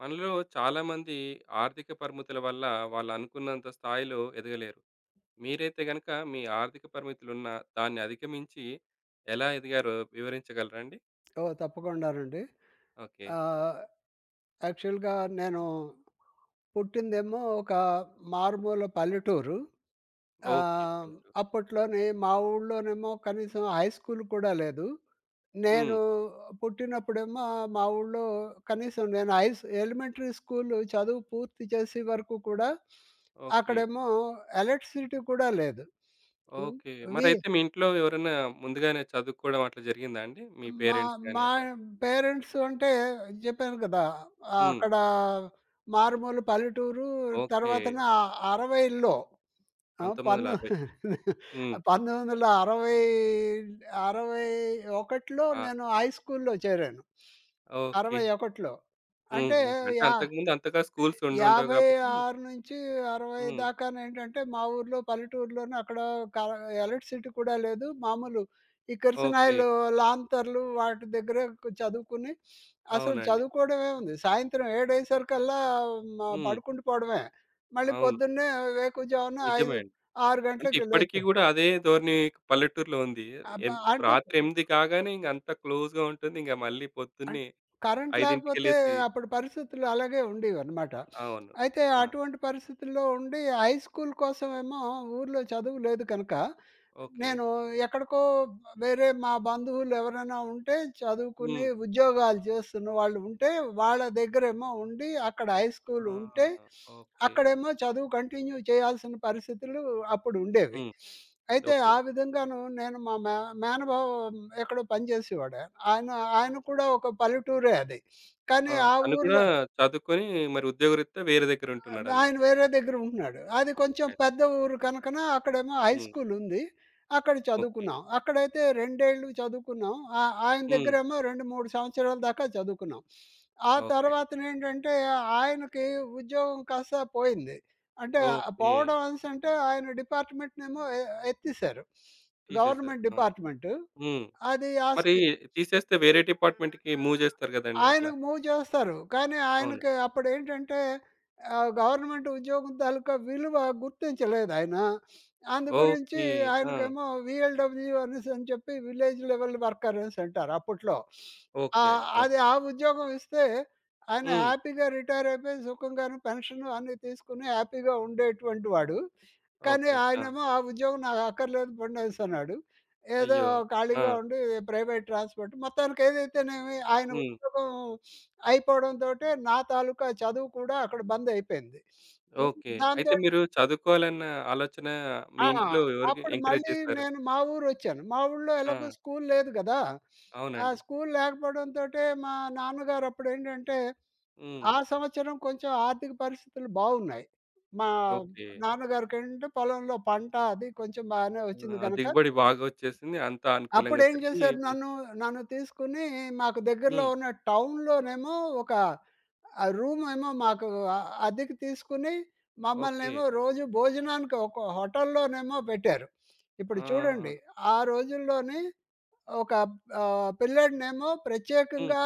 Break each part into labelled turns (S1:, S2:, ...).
S1: మనలో చాలామంది ఆర్థిక పరిమితుల వల్ల వాళ్ళు అనుకున్నంత స్థాయిలో ఎదగలేరు. మీరైతే గనుక మీ ఆర్థిక పరిమితులున్న దాన్ని అధిగమించి ఎలా ఎదిగారో వివరించగలరా అండి?
S2: ఓహ్! తప్పకుండానండి.
S1: ఓకే.
S2: ఆహ్, యాక్చువల్‌గా నేను పుట్టిందేమో ఒక మారుమూల పల్లెటూరు.
S1: ఓకే.
S2: ఆహ్,
S1: పల్లెటూరు.
S2: అప్పట్లోని మా ఊళ్ళోనేమో కనీసం హై స్కూల్ కూడా లేదు.
S1: హ్మ్.
S2: నేను పుట్టినప్పుడేమో మా ఊళ్ళో కనీసం నేను హై స్ ఎలిమెంటరీ స్కూలు చదువు పూర్తి చేసే వరకు కూడా
S1: ఓకే.
S2: అక్కడేమో ఎలక్ట్రిసిటీ కూడా లేదు. హ్మ్.
S1: ఓకే.
S2: వి
S1: మరైతే మీ ఇంట్లో ఎవరైనా ముందుగానే చదువుకోవడం అట్లా జరిగిందా అండి? మీ
S2: మా
S1: పేరెంట్స్ గాని
S2: మా
S1: అట్లా?
S2: పేరెంట్స్ అంటే చెప్పాను కదా!
S1: హ్మ్.
S2: అక్కడ మారుమూల పల్లెటూరు.
S1: ఓకే.
S2: తర్వాతన 60ల్లో ఆహ్, పంతొ
S1: 1960. హ్మ్.
S2: 1960 61లో
S1: ఆ!
S2: నేను హై స్కూల్‌లో చేరాను.
S1: ఓకే.
S2: 61లో
S1: హ్మ్.
S2: అంటే
S1: హ్మ్. అంటే
S2: యా
S1: అంతకుముందు అంతగా స్కూల్స్ ఉండుండవు కాబట్టి
S2: 56-60
S1: హ్మ్.
S2: దాకానేంటంటే మా ఊర్లో పల్లెటూరులోనే అక్కడ క ఎలక్ట్రిసిటీ కూడా లేదు. మామూలు ఈ
S1: ఓకే.
S2: కిరసనాయిలు, లాంతర్లు వాటి దగ్గరే చదువుకుని అసలు
S1: అవునండి.
S2: చదువుకోవడమే ఉంది. సాయంత్రం 7 అయ్యేసరికల్లా మ
S1: హ్మ్.
S2: పడుకుండిపోవడమే. మళ్ళీ
S1: అవును.
S2: పొద్దున్నే వేకువజామున
S1: నిజమే
S2: 5,
S1: అండి.
S2: 6
S1: అంటే
S2: గంటలకి
S1: ఇప్పటికి
S2: లేచాం.
S1: గూడా అదే ధోరణి పల్లెటూరులో ఉంది. ఎం
S2: అబ్బా! అంటే
S1: రాత్రి 8 కాగానే ఇంక అంతా క్లోజ్‌గా ఉంటుంది. ఇంక మళ్ళీ పొద్దున్నే
S2: అంటే కరెంట్
S1: 5కి
S2: లేకపోతే
S1: లేసి
S2: అప్పుడు పరిస్థితులు అలాగే ఉండేవన్నమాట.
S1: అవును.
S2: అయితే
S1: ఆ!
S2: అటువంటి పరిస్థితుల్లో ఉండి హై స్కూల్ కోసమేమో ఊర్లో చదువు లేదు కనుక,
S1: ఓకే.
S2: నేను ఎక్కడికో వేరే మా బంధువులు ఎవరైనా ఉంటే చదువుకుని
S1: హ్మ్.
S2: ఉద్యోగాలు చేస్తున్న వాళ్ళు ఉంటే వాళ్ళ దగ్గరేమో ఉండి అక్కడ హై స్కూల్
S1: ఆ!
S2: ఉంటే
S1: ఓకే.
S2: అక్కడేమో చదువు కంటిన్యూ చేయాల్సిన పరిస్థితులు అప్పుడు ఉండేవి.
S1: హ్మ్.
S2: అయితే
S1: ఓకే.
S2: ఆ విధంగాను నేను మా మే మేనబావ ఎక్కడో పనిచేసేవాడు. ఆయన ఆయనకు కూడా ఒక పల్లెటూరే అది.
S1: ఆ!
S2: కానీ ఆ
S1: తను కూడా
S2: ఊర్లో
S1: చదువుకొని మరి ఉద్యోగరీత్యా వేరే దగ్గర ఉంటున్నాడన్నమాట.
S2: ఆయన వేరే దగ్గర ఉంటున్నాడు. అది
S1: ఓకే
S2: కొంచెం
S1: అండి.
S2: పెద్ద ఊరు కనుకన అక్కడేమో హై
S1: హ్మ్.
S2: స్కూల్ ఉంది. అక్కడ
S1: ఓకే.
S2: చదువుకున్నాం. అక్కడైతే 2 ఏళ్ళు చదువుకున్నాం. ఆ ఆయన
S1: హ్మ్.
S2: దగ్గరేమో 2, 3 సంవత్సరాల దాకా చదువుకున్నాం. ఆ
S1: ఓకే అండి.
S2: తర్వాతనేంటంటే ఆయనకి ఉద్యోగం కాస్త పోయింది. అంటే ఆ
S1: ఓకే.
S2: పోవడం అనేసంటే ఆయన డిపార్ట్‌మెంట్‌నేమో ఎత్తేసారు.
S1: తీసేసారు.
S2: గవర్నమెంట్
S1: ఆ!
S2: డిపార్ట్‌మెంట్.
S1: హ్మ్.
S2: అది ఆ
S1: మరి
S2: స్కి
S1: తీసేస్తే వేరే డిపార్ట్‌మెంట్‌కి మూవ్ జేస్తారు గదండీ అట్లా.
S2: ఆయనకు మూవ్ చేస్తారు. కానీ
S1: అవును.
S2: ఆయనకి అప్పుడేంటంటే గవర్నమెంట్ ఉద్యోగం తాలూకా విలువ గుర్తించలేదాయన. అందు గురించి
S1: ఓకే. ఆ!
S2: ఆయనకేమో వీఎల్‌డబ్ల్యూ అనేసని చెప్పి విలేజ్ లెవెల్ వర్కర్ అనేసంటారు అప్పట్లో.
S1: ఓకే అండి. ఆ!
S2: అది ఆ ఉద్యోగం ఇస్తే ఆయన
S1: హ్మ్.
S2: హ్యాపీగా రిటైర్ అయిపోయి సుఖంగాను పెన్షన్ అన్నీ తీసుకొని హ్యాపీగా ఉండేటువంటి వాడు. కానీ
S1: ఓకే అండి. ఆ!
S2: ఆయనేమో ఆ ఉద్యోగం నాకు అక్కర్లేదు పొండేస్తున్నాడు. ఏదో
S1: అయ్యో! ఆ!
S2: ఖాళీగా ఉండి ప్రైవేట్ ట్రాన్స్‌పోర్ట్ మొత్తానికి ఏదైతేనేమి ఆయన
S1: హ్మ్.
S2: ఉద్యోగం అయిపోవడంతోటే నా తాలూకా చదువు కూడా అక్కడ బందయిపోయింది. హ్మ్.
S1: ఓకే. అయితే
S2: దాంతోటి
S1: మీరు చదువుకోవాలన్న ఆలోచన మీ
S2: ఆ!
S1: ఇంట్లో ఎవరికి
S2: అప్పుడు
S1: ఎంకరేజ్
S2: మళ్ళీ
S1: చేస్తారు?
S2: నేను మా ఊరొచ్చాను. మా ఊళ్ళో ఎలాగో
S1: ఆ!
S2: స్కూల్ లేదు గదా! ఆ
S1: అవునండి.
S2: స్కూల్ లేకపోవడంతోటే మా నాన్నగారప్పుడేంటంటే
S1: హ్మ్.
S2: ఆ సంవత్సరం కొంచెం ఆర్థిక పరిస్థితులు బాగున్నాయి. మా
S1: ఓకే.
S2: నాన్నగారికేంటంటే పొలంలో పంట అది కొంచెం బాగానే
S1: ఆ!
S2: వచ్చింది గనక,
S1: దిగుబడి బాగా వచ్చేసింది. అంతా అనుకూలంగా
S2: అప్పుడేం
S1: జరిగి
S2: చేశారు
S1: మంచి
S2: నన్ను తీసుకొని మాకు దగ్గరలో
S1: హ్మ్.
S2: ఉన్న టౌన్‌లోనేమో ఒక రూమేమో మాకు అద్దెకు తీసుకొని,
S1: ఓకే.
S2: మమ్మల్నేమో రోజు భోజనానికి ఒక హోటల్‌లోనేమో పెట్టారు. ఇప్పుడు
S1: ఆ!
S2: చూడండి, ఆ రోజుల్లోని ఒక పిల్లాడినేమో
S1: హ్మ్.
S2: ప్రత్యేకంగా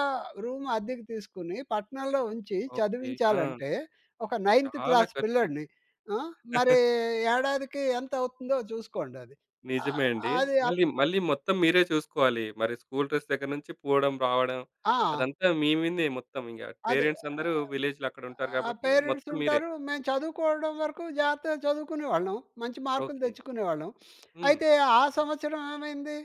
S2: రూమ్ అద్దెకు తీసుకొని, పట్టణంలో ఉంచి
S1: ఓకే. ఆ!
S2: చదివించాలంటే, ఒక నైన్త్
S1: చాలా
S2: క్లాస్
S1: ఖర్చు.
S2: పిల్లాడిని. ఆ! మరి ఏడాదికి ఎంతవుతుందో చూసుకోండది. ఆహ్,
S1: నిజమే అండి.
S2: అది అల్
S1: మళ్ళీ, మళ్ళీ మొత్తం మీరే చూసుకోవాలి. మరి స్కూల్ డ్రెస్ దగ్గర నుంచి పోవడం, రావడం
S2: ఆ!
S1: అదంతా మీ మీదనే మొత్తం ఇంగ.
S2: అది
S1: పేరెంట్స్ అందరూ విలేజ్‌లో అక్కడుంటారు
S2: ఆ
S1: కాబట్టి
S2: పేరెంట్స్
S1: మొత్తం మీరే.
S2: ఉంటారు. మేము చదువుకోవడం వరకు జాగ్రత్తగా చదువుకునేవాళ్ళం. మంచి మార్కులు
S1: ఓకే.
S2: తెచ్చుకునేవాళ్ళం.
S1: హ్మ్.
S2: అయితే ఆ సంవత్సరం ఏమైంది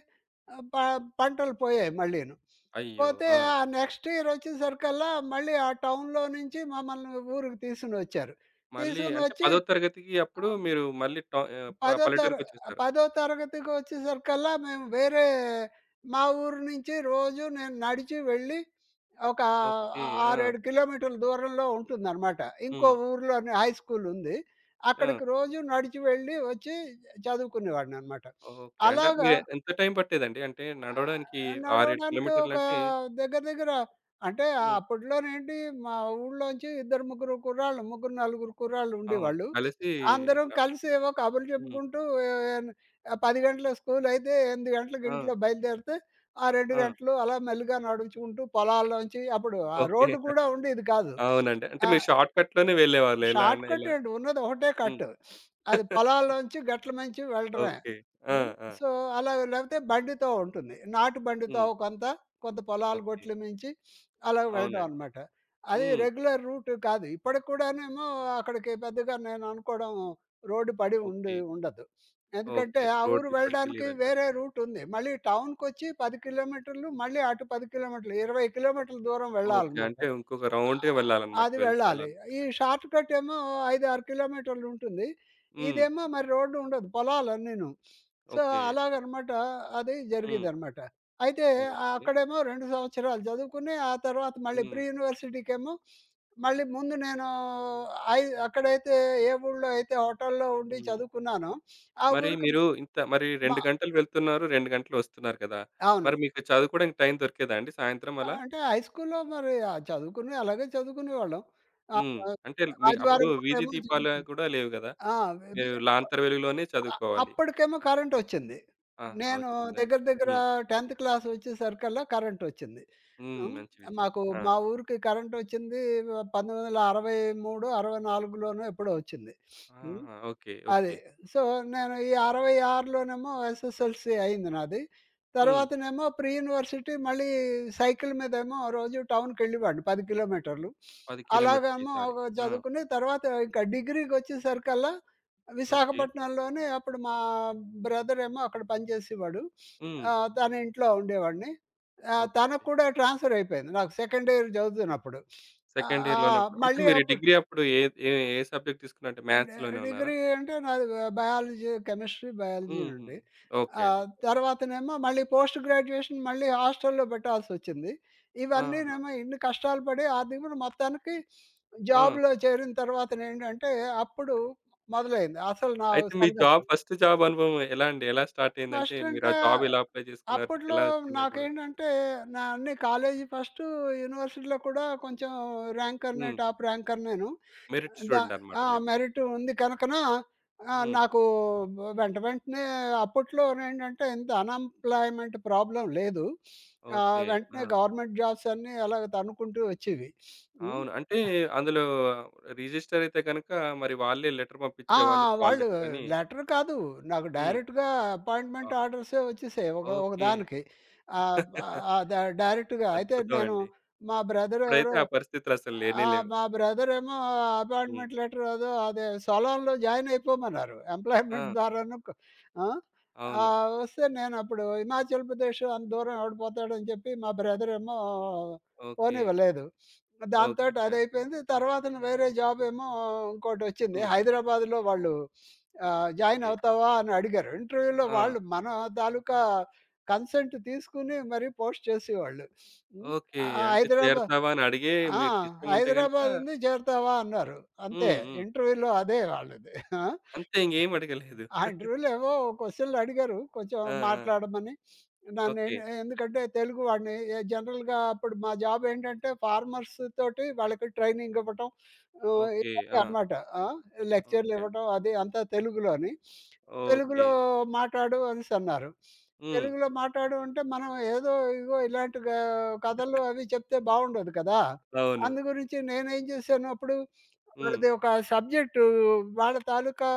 S2: ఆహ్, ప పంటలు పోయాయి మళ్ళీను.
S1: అయ్యో!
S2: పోతే
S1: ఆ!
S2: ఆ నెక్స్ట్ ఇయర్ వచ్చేసరికల్లా మళ్ళీ ఆ టౌన్‌లో నుంచి మమ్మల్ని ఊరికి తీసుకొనొచ్చారు.
S1: మళ్ళీ అంటే
S2: తీసుకొనొచ్చి
S1: 10వ తరగతికి అప్పుడు మీరు మళ్ళీ టౌ ప
S2: పదో తర
S1: పల్లెటూరికొచ్చేసారు.
S2: పదో తరగతికొచ్చేసరికల్లా మేము వేరే మా ఊరు నుంచి రోజు నేను నడిచి వెళ్ళి ఒక
S1: ఓకే.
S2: ఆ
S1: ఆ!
S2: 6, 7 కిలోమీటర్ల దూరంలో ఉంటుందనమాట. ఇంకో
S1: హ్మ్.
S2: ఊర్లోనే హై స్కూల్ ఉంది.
S1: ఆ!
S2: అక్కడికి రోజు నడిచి వెళ్ళి వచ్చి చదువుకునేవాడిననమాట.
S1: ఓకే. అంటే
S2: అలాగా
S1: మీరు ఎంత టైం పట్టేదండి? అంటే నడవడానికి 6, 7
S2: నడవడానికి ఒక
S1: కిలోమీటర్లంటే
S2: దగ్గర దగ్గర అంటే
S1: హ్మ్.
S2: అప్పట్లోనేంటి మా ఊళ్ళోంచి ఇద్దరు, ముగ్గురు కుర్రాళ్ళు, ముగ్గురు, నలుగురు కుర్రాళ్ళు
S1: అవును.
S2: ఉండేవాళ్ళు.
S1: కలిసి
S2: అందరం కలిసి ఏవో కబుర్లు
S1: హ్మ్.
S2: చెప్పుకుంటూ 10 గంటల స్కూలయితే 8 గంటలకి
S1: ఆ!
S2: ఇంట్లో బయలుదేరితే, ఆ 2
S1: ఆ!
S2: గంటలు అలా మెల్లిగా నడుచుకుంటూ పొలాల్లోంచి అప్పుడు ఆ
S1: ఓకే.
S2: రోడ్డు కూడా ఉండేది కాదు.
S1: అవునండి. అంటే
S2: ఆ!
S1: మీరు షార్ట్ కట్‌లోనే వెళ్ళేవాళ్ళు. ఎలా
S2: షార్ట్
S1: అన్నా
S2: కట్
S1: ఎలా
S2: ఏంటి ఉన్నది ఒకటే
S1: హ్మ్.
S2: కట్. అది పొలాల్లోంచి గట్ల మించి వెళ్ళడమే.
S1: ఓకే. ఆ!
S2: హ్మ్.
S1: ఆ!
S2: సో, అలా లేకపోతే బండితో ఉంటుంది. నాటు బండితో
S1: హ్మ్.
S2: కొంత, కొంత పొలాల
S1: ఓకే.
S2: గొట్ల మించి అలా వెళ్ళడం
S1: అవునండి.
S2: అనమాట. అది
S1: హ్మ్.
S2: రెగ్యులర్ రూట్ కాదు. ఇప్పటికి కూడానేమో అక్కడికి పెద్దగా నేను అనుకోవడం రోడ్డు పడి ఉండి
S1: ఓకే.
S2: ఉండదు. ఎందుకంటే
S1: ఓకే.
S2: ఆ
S1: రోడ్
S2: ఊరు
S1: ఇప్పటికి
S2: వెళ్ళడానికి
S1: లేదంటారు.
S2: వేరే రూట్ ఉంది. మళ్ళీ టౌన్‌కొచ్చి 10 కిలోమీటర్లు మళ్ళీ అటు 10 కిలోమీటర్లు 20 కిలోమీటర్ల దూరం
S1: ఓకే.
S2: వెళ్ళాలన్నమాట.
S1: అంటే ఇంకొక రౌండ్‌గా వెళ్ళాలన్నమాట.
S2: అది
S1: వెళ్తే ఎలా
S2: వెళ్ళాలి. ఈ షార్ట్ కట్ ఏమో 5, 6 కిలోమీటర్లు ఉంటుంది.
S1: హ్మ్.
S2: ఇదేమో మరి రోడ్డు ఉండదు పొలాలన్నీను. So,
S1: okay.
S2: అలాగనమాట అది
S1: హ్మ్.
S2: జరిగేదనమాట. అయితే
S1: ఓకే.
S2: అక్కడేమో 2 సంవత్సరాలు చదువుకుని, ఆ తర్వాత మళ్ళీ
S1: హ్మ్.
S2: ప్రీ యూనివర్సిటీకేమో మళ్ళీ ముందు నేను ఐ అక్కడైతే ఏ ఊళ్ళో అయితే హోటల్‌లో ఉండి
S1: హ్మ్.
S2: చదువుకున్నానో, ఆ
S1: మరి
S2: ఊరికి
S1: మీరు ఇంత మరి
S2: మా
S1: 2 గంటలు వెళ్తున్నారు, 2 గంటలు వస్తున్నారు కదా!
S2: అవును.
S1: మరి మీకు చదువుకోవడానికి టైం దొరికేదా అండి సాయంత్రం అలా?
S2: అంటే హై స్కూల్‌లో మరి ఆ చదువుకుని అలాగే చదువుకునేవాళ్ళం. ఆహ్,
S1: హ్మ్. అంటే మీ అప్పుడు
S2: ఆదివారం పూట
S1: వీధి
S2: ఏమో
S1: దీపాలు
S2: చదువుకునే
S1: కూడా లేవు కదా!
S2: ఆ! ఇది
S1: మీరు లాంతరు వెలుగులోనే
S2: అ
S1: చదువుకోవాలి.
S2: అప్పటికేమో కరెంటొచ్చింది.
S1: ఆహా!
S2: నేను
S1: వచ్చిందండి.
S2: దగ్గర దగ్గర
S1: హ్మ్.
S2: 10th క్లాస్ వచ్చేసరికల్లా కరెంటొచ్చింది.
S1: హ్మ్.
S2: హ్మ్.
S1: మంచి విషయం అండి.
S2: మాకు
S1: ఆ!
S2: మా ఊరికి కరెంటొచ్చింది 1963, 64లోనో ఎప్పుడో వచ్చింది.
S1: ఆహా! ఓకే.
S2: అది.
S1: ఓకే.
S2: సో, నేను ఈ 66లోనేమో ఎస్ఎస్ఎల్సీ అయింది నాది.
S1: హ్మ్.
S2: తర్వాతనేమో ప్రీ యూనివర్సిటీ మళ్ళీ సైకిల్ మీదేమో రోజు టౌన్‌కెళ్ళేవాడిని 10 కిలోమీటర్లు.
S1: 10 కిలోమీటర్లు
S2: అలాగేమో
S1: ఈసారి.
S2: ఒక
S1: ఆ!
S2: చదువుకుని తర్వాత ఇంకా డిగ్రీకొచ్చేసరికల్లా
S1: ఓకే.
S2: విశాఖపట్నంలోనే అప్పుడు మా బ్రదరేమో అక్కడ పనిచేసేవాడు.
S1: హ్మ్.
S2: తన ఇంట్లో ఉండేవాడిని.
S1: ఓకే
S2: తనకు
S1: అండి.
S2: కూడా ట్రాన్స్‌ఫర్ అయిపోయింది నాకు సెకండ్ ఇయర్ చదువుతున్నప్పుడు. ఆహ్,
S1: సెకండ్
S2: ఆ!
S1: ఇయర్‌లో ఉన్నప్పుడు అంటే
S2: మళ్ళీ
S1: మీరు
S2: అప్పుడు
S1: డిగ్రీ అప్పుడు ఏ ఏ ఏ సబ్జెక్ట్ తీసుకున్నారు? అంటే
S2: డి
S1: మ్యాథ్స్ లోనే ఉన్నారా?
S2: డిగ్రీ అంటే నాది బయాలజీ, కెమిస్ట్రీ,
S1: హుహు.
S2: బయాలజీనండి.
S1: ఓకే అండి. ఓకే.
S2: తర్వాతనేమో మళ్ళీ పోస్ట్ గ్రాడ్యుయేషన్ మళ్ళీ హాస్టల్‌లో పెట్టాల్సొచ్చింది.
S1: ఆహా!
S2: ఇవన్నీనేమో ఇన్ని కష్టాలు పడి ఆ దిగులు మొత్తానికి
S1: ఆ!
S2: జాబ్‌లో చేరిన తర్వాతనేంటంటే అప్పుడు మొదలైంది అసలు నా
S1: అయితే మీ జాబ్
S2: సంఘర్షణ.
S1: ఫస్ట్ జాబ్ అనుభవం ఎలా అండి? ఎలా స్టార్ట్ అయిందంటే
S2: ఫస్ట్
S1: మీరు ఆ
S2: అంటే
S1: జాబ్ ఎలా అప్లై చేసుకున్నారు?
S2: అప్పట్లో
S1: మీకెలా వచ్చింది అప్పుడు?
S2: నాకేంటంటే నా అన్ని కాలేజీ ఫస్టు, యూనివర్సిటీలో కూడా కొంచెం
S1: హ్మ్.
S2: టాప్ ర్యాంకర్ నేను.
S1: మెరిట్
S2: దా
S1: స్టూడెంట్ అన్నమాట
S2: ఆ!
S1: మీరు.
S2: మెరిట్ ఉంది కనుకన
S1: హ్మ్.
S2: నాకు వెంట వెంటనే అప్పట్లోనేంటంటే ఇంత అన్‌ఎంప్లాయ్‌మెంట్ ప్రాబ్లమ్ లేదు.
S1: ఓకే.
S2: వెంటనే
S1: ఆ!
S2: గవర్నమెంట్ జాబ్స్ అన్నీ అలాగ తన్నుకుంటూ వచ్చేవి. హ్మ్.
S1: అవును. అంటే అందులో రిజిస్టర్ అయితే గనక మరి వాళ్ళే లెటర్
S2: ఆ!
S1: పంపించేవాళ్ళు. కాల్
S2: వాళ్ళు
S1: లెటర్ అని.
S2: లెటర్ కాదు. నాకు
S1: హ్మ్.
S2: డైరెక్ట్‌గా అపాయింట్మెంట్
S1: ఆహ్,
S2: ఆర్డర్సే వచ్చేసాయి. ఒక ఒక
S1: ఓకే.
S2: దానికి. ఆహ్, ఆహ్, డ డైరెక్ట్‌గా అయితే
S1: అద్భుతం
S2: నేను
S1: అండి.
S2: మా బ్రదర్
S1: ఇప్పుడైతే
S2: ఎవరో
S1: ఆ పరిస్థితులు అసలు లేనే
S2: ఆ!
S1: లేవు.
S2: మా బ్రదరేమో
S1: హ్మ్.
S2: అపాయింట్‌మెంట్ లెటర్ అదో అదే సలోన్‌లో జాయిన్ అయిపోమన్నారు. ఎంప్లాయ్‌మెంట్
S1: ఆ!
S2: ద్వారాను క ఆ!
S1: అవును.
S2: వస్తే నేనప్పుడు హిమాచల్ ప్రదేశ్ అంత దూరం ఎవడు పోతాడని చెప్పి మా బ్రదరేమో
S1: ఓకే.
S2: పోనివ్వలేదు.
S1: ఓకే
S2: దాంతోటి
S1: అండి. ఆ!
S2: అదయిపోయింది. తర్వాతన వేరే జాబేమో ఇంకోటొచ్చింది.
S1: హ్మ్.
S2: హైదరాబాద్‌లో వాళ్ళు జాయిన్
S1: ఓకే.
S2: అవుతావా అని అడిగారు. ఇంటర్వ్యూలో
S1: ఆ!
S2: వాళ్ళు మన తాలూకా కన్సెంట్ తీసుకొని మరి పోస్ట్ చేసేవాళ్ళు. హ్మ్.
S1: ఓకే.
S2: ఆ!
S1: అంటే
S2: హైదరాబా
S1: చేరతావా అని అడిగే
S2: ఆ!
S1: మీరు ఇష్టం ఉంటే గనక
S2: హైదరాబాద్ ఉంది చేరతావా అన్నారు. అంతే
S1: హ్మ్. హ్మ్.
S2: ఇంటర్వ్యూలో అదే వాళ్ళది. ఆ!
S1: అంతే ఇంకేం అడగలేదు.
S2: ఆ ఇంటర్వ్యూలో ఏవో క్వశ్చన్‌లు అడిగారు. కొంచెం
S1: ఆ! ఆ!
S2: మాట్లాడమని. నన్నేం
S1: ఓకే.
S2: ఎందుకంటే తెలుగు వాడిని. జనరల్‌గా అప్పుడు మా జాబ్ ఏంటంటే ఫార్మర్స్ తోటి వాళ్ళకి ట్రైనింగ్ ఇవ్వటం.
S1: ఓకే.
S2: ఇవన్నీ
S1: ఆ!
S2: అనమాట. ఆ! లెక్చర్‌లు
S1: ఓకే అండి.
S2: ఇవ్వటం అది అంతా తెలుగులోని.
S1: ఓకే.
S2: తెలుగులో మాట్లాడు అనేసన్నారు.
S1: హ్మ్.
S2: తెలుగులో మాట్లాడు అంటే మనం ఏదో ఇగో ఇలాంటి గా కథలు అవి చెప్తే బావుండదు కదా!
S1: అవును.
S2: అందు గురించి నేనేం చేశాను అప్పుడు
S1: హ్మ్.
S2: అది ఒక సబ్జెక్టు వాళ్ళ తాలూకా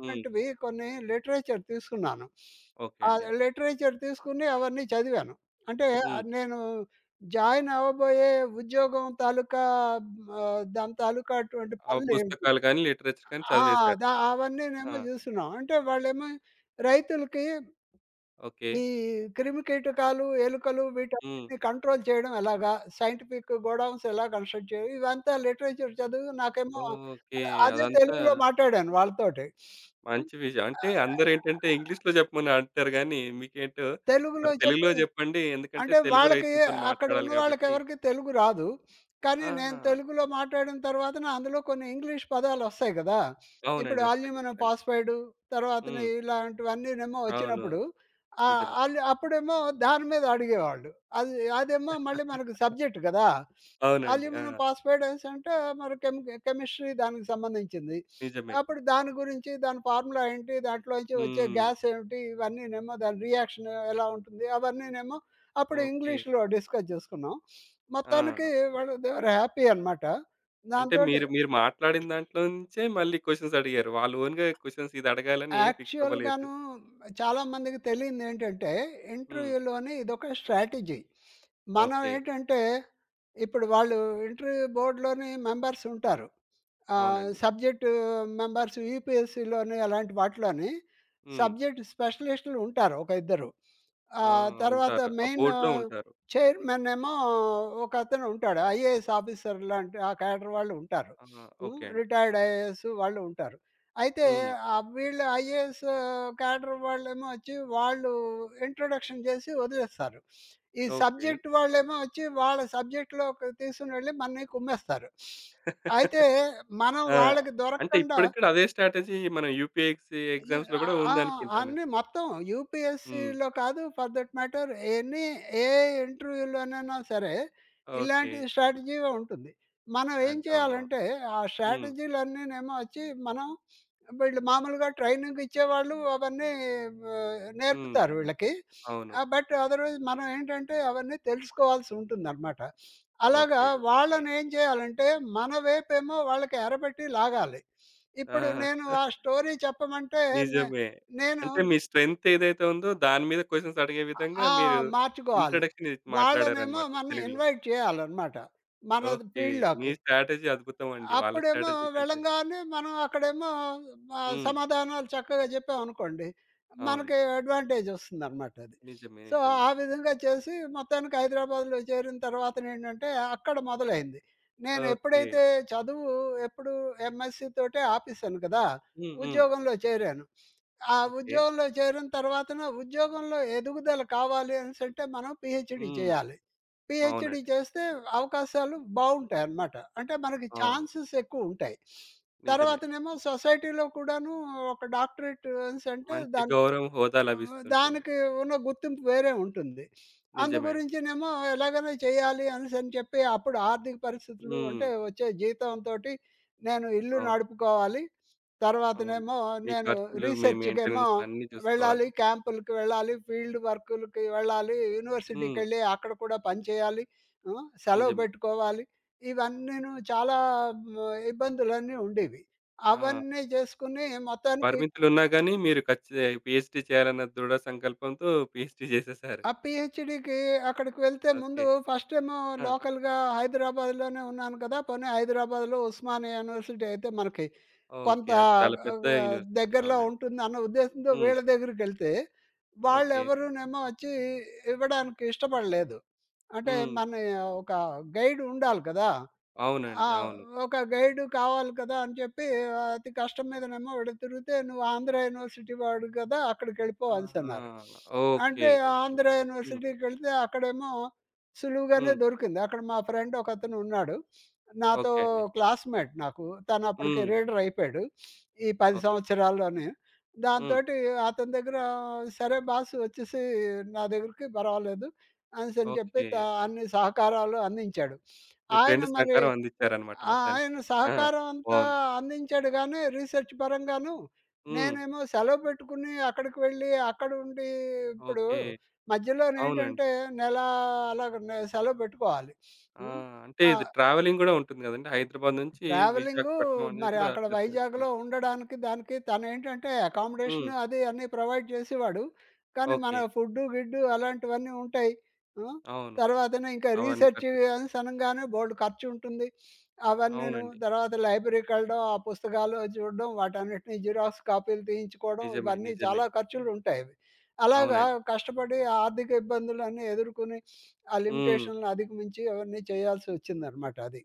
S1: హ్మ్.
S2: కొన్ని లిటరేచర్ తీసుకున్నాను.
S1: ఓకే
S2: ఆ
S1: అండి.
S2: లిటరేచర్ తీసుకొని అవన్నీ చదివాను. అంటే
S1: హ్మ్.
S2: నేను జాయిన్ అవ్వబోయే ఉద్యోగం తాలూకా దాని తాలూకా అటువంటి
S1: ఆ
S2: పనులేంటి
S1: పుస్తకాలు గాని, లిటరేచర్ కానీ
S2: ఆ!
S1: చదివేశారు.
S2: ద
S1: ఆ!
S2: అవన్నీనేమో జూస్తున్నాం. అంటే వాళ్ళేమో రైతులకి
S1: ఓకే.
S2: ఈ క్రిమికీటకాలు, ఎలుకలు
S1: హ్మ్.
S2: వీటన్నిటిని కంట్రోల్ చేయడం ఎలాగా? సైంటిఫిక్ గోడౌన్స్ ఎలా కన్‌స్ట్రక్ట్ చేయాలి? ఇవంతా లిటరేచర్ చదివి నాకేమో
S1: ఓకే.
S2: అదే
S1: అదంతా
S2: తెలుగులో మాట్లాడాను వాళ్ళతోటి. హ్మ్.
S1: మంచి విషయం. అంటే అందరేంటంటే ఇంగ్లీష్‌లో చెప్పమని అంటారు గానీ, మీకేంటో
S2: తెలుగులో
S1: మరి తెలుగులో
S2: చెప్పి
S1: జెప్పండి. ఎందుకంటే
S2: అంటే
S1: తెలుగు రైతులతోని
S2: అక్కడ
S1: మాట్లాడాలి
S2: ఉన్న వాళ్ళకి
S1: గాబట్టి
S2: ఎవరికీ తెలుగు రాదు. కానీ నేను
S1: ఆహా!
S2: తెలుగులో మాట్లాడిన తర్వాతన అందులో కొన్ని ఇంగ్లీష్ పదాలొస్తాయి గదా! ఇప్పుడు
S1: అవునండి. వస్తాయి
S2: అల్యూమినియం
S1: ఖచ్చితంగా.
S2: ఫాస్‌ఫైడ్ తర్వాతన
S1: హ్మ్.
S2: ఇలాంటివన్నీనేమో
S1: అవును.
S2: వచ్చినప్పుడు ఆహ్,
S1: నిజమే.
S2: అల్ అప్పుడేమో దాని మీద అడిగేవాళ్ళు. అది అదేమో మళ్ళీ మనకు సబ్జెక్ట్ గదా!
S1: అవునండి. ఆ!
S2: అల్యూమినియం ఫాస్ఫైడ్ అనేసి అంటే మరి కెమిస్ట్రీ దానికి సంబంధించింది.
S1: నిజమే.
S2: అప్పుడు దాని గురించి దాని ఫార్ములా ఏంటి? దాంట్లోంచి వచ్చే
S1: హ్మ్.
S2: గ్యాస్ ఏమిటి? ఇవన్నీనేమో దాని రియాక్షన్ ఎలా ఉంటుంది? అవన్నీనేమో అప్పుడు
S1: ఓకే.
S2: ఇంగ్లీష్‌లో డిస్కస్ చేసుకున్నాం.
S1: ఆ!
S2: మొత్తానికి
S1: ఓకే.
S2: వాళ్ళు దే ఆర్ హ్యాపీ అనమాట.
S1: అంటే
S2: దాంతోటి
S1: మీరు మీరు మాట్లాడిన దాంట్లో నుంచే మళ్ళీ క్వెషన్స్ అడిగారు. వాళ్ళు ఓన్‌గా క్వెషన్స్ ఇది అడగాలని ఏం ఫిక్స్ అవ్వలేదు.
S2: యాక్చువల్‌గాను చాలామందికి తెలియనిదేంటంటే
S1: హ్మ్.
S2: ఇంటర్వ్యూలోని ఇదొక స్ట్రాటజీ. మనం
S1: ఓకే.
S2: ఏంటంటే ఇప్పుడు వాళ్ళు ఇంటర్వ్యూ బోర్డ్‌లోని మెంబర్స్ ఉంటారు.
S1: అవునండి.
S2: సబ్జెక్టు మెంబర్స్ యూపీఎస్‌సీలోని అలాంటి వాటిలోని
S1: హ్మ్.
S2: సబ్జెక్ట్ స్పెషలిస్టులు ఉంటారు ఒక ఇద్దరు.
S1: ఆ!
S2: తర్వాత
S1: ఉంటారు. ఆ
S2: మెయిన్
S1: బోర్డ్‌లో ఉంటారు.
S2: చైర్మన్ ఏమో ఒకతను ఉంటాడు. ఐఏఎస్ ఆఫీసర్ లాంటి ఆ క్యాడర్ వాళ్ళు ఉంటారు.
S1: ఆ!
S2: హ్మ్.
S1: ఓకే అండి.
S2: రిటైర్డ్ ఐఏఎస్ వాళ్ళు ఉంటారు. అయితే
S1: హ్మ్.
S2: వీళ్ళు ఐఏఎస్ క్యాడర్ వాళ్ళేమో వచ్చి వాళ్ళు ఇంట్రొడక్షన్ చేసి వదిలేస్తారు. ఈ
S1: ఓకే.
S2: సబ్జెక్ట్ వాళ్ళేమో వచ్చి వాళ్ళ సబ్జెక్ట్‌లోకి తీసుకొని వెళ్లి మనని కుమ్మేస్తారు. అయితే మనం
S1: ఆ!
S2: వాళ్ళకి
S1: అంటే
S2: దొరకకుండా
S1: ఇప్పటికి కూడా అదే స్ట్రాటజీ మనం యూపీఎస్‌సీ
S2: ఈ
S1: ఎగ్జామ్స్‌లో
S2: ఆ!
S1: కూడా
S2: ఆ!
S1: ఉందనుకుంటాను.
S2: అన్నీ మొత్తం
S1: హ్మ్.
S2: యూపీఎస్సీలో కాదు ఫర్ థట్ మ్యాటర్ ఎనీ ఏ ఇంటర్వ్యూలోనైనా సరే
S1: ఓకే.
S2: ఇలాంటి స్ట్రాటజీయే ఉంటుంది. మనం ఏం
S1: అండ్ అవునవును.
S2: చేయాలంటే ఆ
S1: హ్మ్.
S2: స్ట్రాటజీలన్నీనేమో వచ్చి మనం వీళ్ళు మామూలుగా ట్రైనింగ్ ఇచ్చేవాళ్ళు అవన్నీ
S1: హ్మ్.
S2: నేర్పుతారు వీళ్ళకి.
S1: అవును.
S2: బట్ అదర్‌వైజ్ మనం ఏంటంటే అవన్నీ తెలుసుకోవాల్సి ఉంటుందనమాట. అలాగా
S1: ఓకే. ఓకే.
S2: వాళ్ళనేం చేయాలంటే మన వైపేమో వాళ్ళకి ఎరబెట్టి లాగాలి. ఇప్పుడు
S1: ఆ!
S2: నేను ఆ స్టోరీ చెప్పమంటే నే
S1: నిజమే.
S2: నేను
S1: అంటే మీ స్ట్రెంత్ ఏదైతే ఉందో దాని మీద క్వెషన్స్ అడిగే విధంగా
S2: ఆ!
S1: మీరు
S2: మార్చుకోవాలి.
S1: ఇంట్రడక్షన్ ఇచ్చి
S2: వాళ్ళనేమో
S1: మాట్లాడారన్నమాట
S2: మనం
S1: తెలుగులో.
S2: ఇన్వైట్ చేయాలనమాట. మన
S1: ఓకే. మీ
S2: ఫీల్డ్‌లోకి.
S1: స్ట్రాటజీ అద్భుతం అండి. వాళ్ళ
S2: అప్పుడేమో
S1: స్ట్రాటజీ కంటే.
S2: వెళ్ళంగానే మనం అక్కడేమో
S1: హ్మ్.
S2: సమాధానాలు చక్కగా చెప్పామనుకోండి.
S1: అవును.
S2: మనకి అడ్వాంటేజ్ వస్తుందనమాట అది.
S1: నిజమే.
S2: సో,
S1: నిజమే.
S2: ఆ విధంగా చేసి మొత్తానికి హైదరాబాద్‌లో చేరిన తర్వాతనేంటంటే, అక్కడ మొదలైంది. నేను
S1: ఓకే.
S2: ఎప్పుడైతే చదువు ఎప్పుడు ఎంఎస్‌సి తోటే ఆపేసాను కదా!
S1: హ్మ్. హ్మ్.
S2: ఉద్యోగంలో చేరాను. ఆ
S1: ఓకే.
S2: ఉద్యోగంలో చేరిన తర్వాతన ఉద్యోగంలో ఎదుగుదల కావాలి అనేసంటే మనం పీహెచ్‌డీ
S1: హ్మ్.
S2: చేయాలి. పీహెచ్‌డీ
S1: అవునండి.
S2: చేస్తే అవకాశాలు బావుంటాయనమాట. అంటే మనకి
S1: అవును.
S2: ఛాన్సెస్ ఎక్కువుంటాయి.
S1: నిజమే.
S2: తర్వాతనేమో సొసైటీలో కూడాను ఒక డాక్టరేట్ అనేసంటే
S1: మంచి గౌరవం, హోదా లభిస్తుంటుంది.
S2: దానికి ఉన్న గుర్తింపు వేరే ఉంటుంది. అందు
S1: నిజమే అండి.
S2: గురించినేమో ఎలాగైనా చేయాలి అనేసని చెప్పి అప్పుడు ఆర్థిక పరిస్థితులు
S1: హ్మ్.
S2: అంటే వచ్చే జీతంతోటి నేను ఇల్లు
S1: అవును.
S2: నడుపుకోవాలి.
S1: అవును.
S2: తర్వాతనేమో
S1: మీ
S2: నేను
S1: ఖర్చులు, మీ
S2: రీసెర్చ్‌కేమో
S1: మెయింటెనెన్స్‌లు అన్నీ చూసుకోవాలి.
S2: వెళ్ళాలి. క్యాంపులకి వెళ్ళాలి. ఫీల్డ్ వర్కులకి వెళ్ళాలి.
S1: హ్మ్.
S2: యూనివర్సిటీకెళ్ళి అక్కడ కూడా పని చేయాలి. హ్మ్. సెలవు
S1: నిజమే.
S2: పెట్టుకోవాలి. ఇవన్నీను చాలా హ్మ్, ఇబ్బందులన్నీ ఉండేవి.
S1: ఆ!
S2: అవన్నీ చేసుకొని మొత్తానికి
S1: పరిమితులున్నా గాని మీరు ఖచ్చి పీహెచ్‌డీ చేయాలన్న దృఢ సంకల్పంతో పీహెచ్‌డీ చేసేసారు.
S2: ఆ పీహెచ్‌డీకి అక్కడికి వెళ్తే ముందు
S1: ఓకే.
S2: ఫస్ట్ ఏమో
S1: ఆ!
S2: లోకల్‌గా హైదరాబాద్‌లోనే ఉన్నాను కదా! పోనీ హైదరాబాద్‌లో ఉస్మానియా యూనివర్సిటీ అయితే మనకి
S1: ఓకే.
S2: కొంత
S1: అది చాలా పెద్ద
S2: ఆహ్,
S1: యూనివర్సిటీ.
S2: దగ్గరలో
S1: అవునండి.
S2: ఉంటుందన్న ఉద్దేశంతో
S1: హ్మ్.
S2: వీళ్ళ దగ్గరికెళ్తే,
S1: ఓకే.
S2: వాళ్ళెవరూనేమో వచ్చి ఇవ్వడానికి ఇష్టపడలేదు. అంటే
S1: హ్మ్.
S2: మన ఒక గైడ్ ఉండాలి కదా! ఆ!
S1: అవునండి. అవును.
S2: ఒక గైడు కావాలి కదా! అని చెప్పి అతి కష్టం మీదనేమో వీడు తిరిగితే, "నువ్వు ఆంధ్ర యూనివర్సిటీ వాడివి కదా! అక్కడికెళ్ళిపో"
S1: ఆహా!
S2: అనేసన్నారు.
S1: ఓకే.
S2: అంటే
S1: ఓకే.
S2: ఆంధ్ర
S1: హ్మ్.
S2: యూనివర్సిటీకెళ్తే అక్కడేమో సులువుగానే
S1: హ్మ్.
S2: దొరికింది. అక్కడ మా ఫ్రెండ్ ఒకతను ఉన్నాడు. నాతో
S1: ఓకే అండి.
S2: క్లాస్‌మేట్ నాకు. తను అప్పటికి
S1: హ్మ్.
S2: రీడర్ అయిపోయాడు. ఈ 10
S1: ఓకే.
S2: సంవత్సరాల్లోనే.
S1: హ్మ్.
S2: దాంతోటి అతని దగ్గర "సరే బాస్ వచ్చేసేయి నా దగ్గరికి పర్వాలేదు" అనేసని చెప్పి
S1: ఓకే.
S2: అన్ని సహకారాలు అందించాడు.
S1: మీ
S2: ఆయన
S1: ఫ్రెండ్
S2: మరి
S1: సహకారం అందించారన్నమాట
S2: ఆ!
S1: మొత్తానికి.
S2: ఆయన
S1: ఆ!
S2: సహకారం అంతా
S1: బావుంది.
S2: అందించాడు గానీ, రీసెర్చ్ పరంగాను.
S1: హ్మ్.
S2: నేనేమో సెలవు పెట్టుకుని అక్కడికి వెళ్ళి, అక్కడుండి ఇప్పుడు
S1: ఓకే. అవునండి.
S2: మధ్యలోనేంటంటే, నెల అలాగ నె సెలవు పెట్టుకోవాలి.
S1: ఆ!
S2: హ్మ్.
S1: అంటే
S2: ఆ!
S1: ఇది ట్రావెలింగ్ గూడా ఉంటుంది గదండీ. హైదరాబాద్ నుంచి
S2: ట్రావెలింగు
S1: విశాఖపట్నం అనేది
S2: మరి
S1: గూడా
S2: అక్కడ
S1: పెద్ద విషయమే.
S2: వైజాగ్‌లో ఉండడానికి దానికి తనేంటంటే
S1: హ్మ్.
S2: అకామిడేషన్ అది అన్నీ ప్రొవైడ్ చేసేవాడు. కానీ మన
S1: ఓకే.
S2: ఫుడ్డు, గిడ్డు అలాంటివన్నీ ఉంటాయి. ఆ!
S1: అవును.
S2: తర్వాతేను ఇంకా
S1: అవన్నీ
S2: రీసెర్చ్
S1: ఖర్చులుంటాయి.
S2: అనేసి అనంగానే బోలెడు ఖర్చుంటుంది. అవన్నీను
S1: అవునండి.
S2: తర్వాత లైబ్రరీకెళ్ళడం, ఆ పుస్తకాలు చూడడం, వాటన్నిటిని జిరాక్స్ కాపీలు తీయించుకోవడం
S1: నిజమే.
S2: ఇవన్నీ
S1: నిజమే.
S2: చాలా ఖర్చులుంటాయవి. అలాగా
S1: అవునండి.
S2: కష్టపడి ఆ ఆర్థిక ఇబ్బందులన్నీ ఎదుర్కొని, ఆ
S1: హ్మ్.
S2: లిమిటేషన్‌లను అధిగమించి అవన్నీ చేయాల్సొచ్చిందనమాట అది.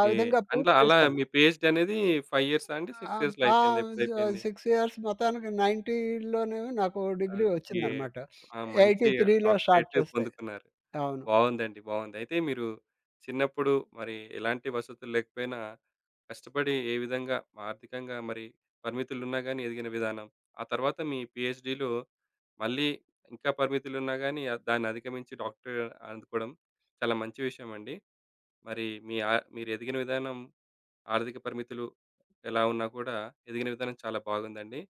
S2: ఆ విధంగా
S1: అందులో
S2: పూర్తి
S1: అలా
S2: చేశాను.
S1: మీ పీహెచ్‌డీ అనేది 5 ఇయర్సా అండి? 6
S2: ఆహ్,
S1: ఇయర్స్‌లో
S2: ఆ!
S1: అయిపోయిందా?
S2: సి
S1: ఎప్పుడైపోయింది?
S2: 6 ఇయర్స్ మొత్తానికి 90లోనేమో నాకు డిగ్రీ
S1: ఓకే.
S2: వచ్చిందనమాట.
S1: ఆ! మంచి
S2: 83లో స్టార్ట్
S1: డాక్టరేట్
S2: చేస్తే.
S1: పొందుకున్నారు.
S2: అవును.
S1: బావుందండి. బావుంది. అయితే మీరు చిన్నప్పుడు మరి ఎలాంటి వసతులు లేకపోయినా కష్టపడి ఏ విధంగా ఆర్థికంగా మరి పరిమితులున్నా గానీ ఎదిగిన విధానం, ఆ తర్వాత మీ పీహెచ్‌డీలో మళ్ళీ ఇంకా పరిమితులున్నా గానీ దాన్ని అధిగమించి డాక్టర్ అందుకోవడం చాలా మంచి విషయం అండి. మరి మీ ఆ మీరు ఎదిగిన విధానం, ఆర్థిక పరిమితులు ఎలా ఉన్నా కూడా ఎదిగిన విధానం చాలా బాగుందండి.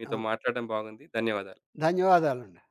S1: మీతో
S2: అవును.
S1: మాట్లాడడం బాగుంది. ధన్యవాదాలు.
S2: ధన్యవాదాలండి.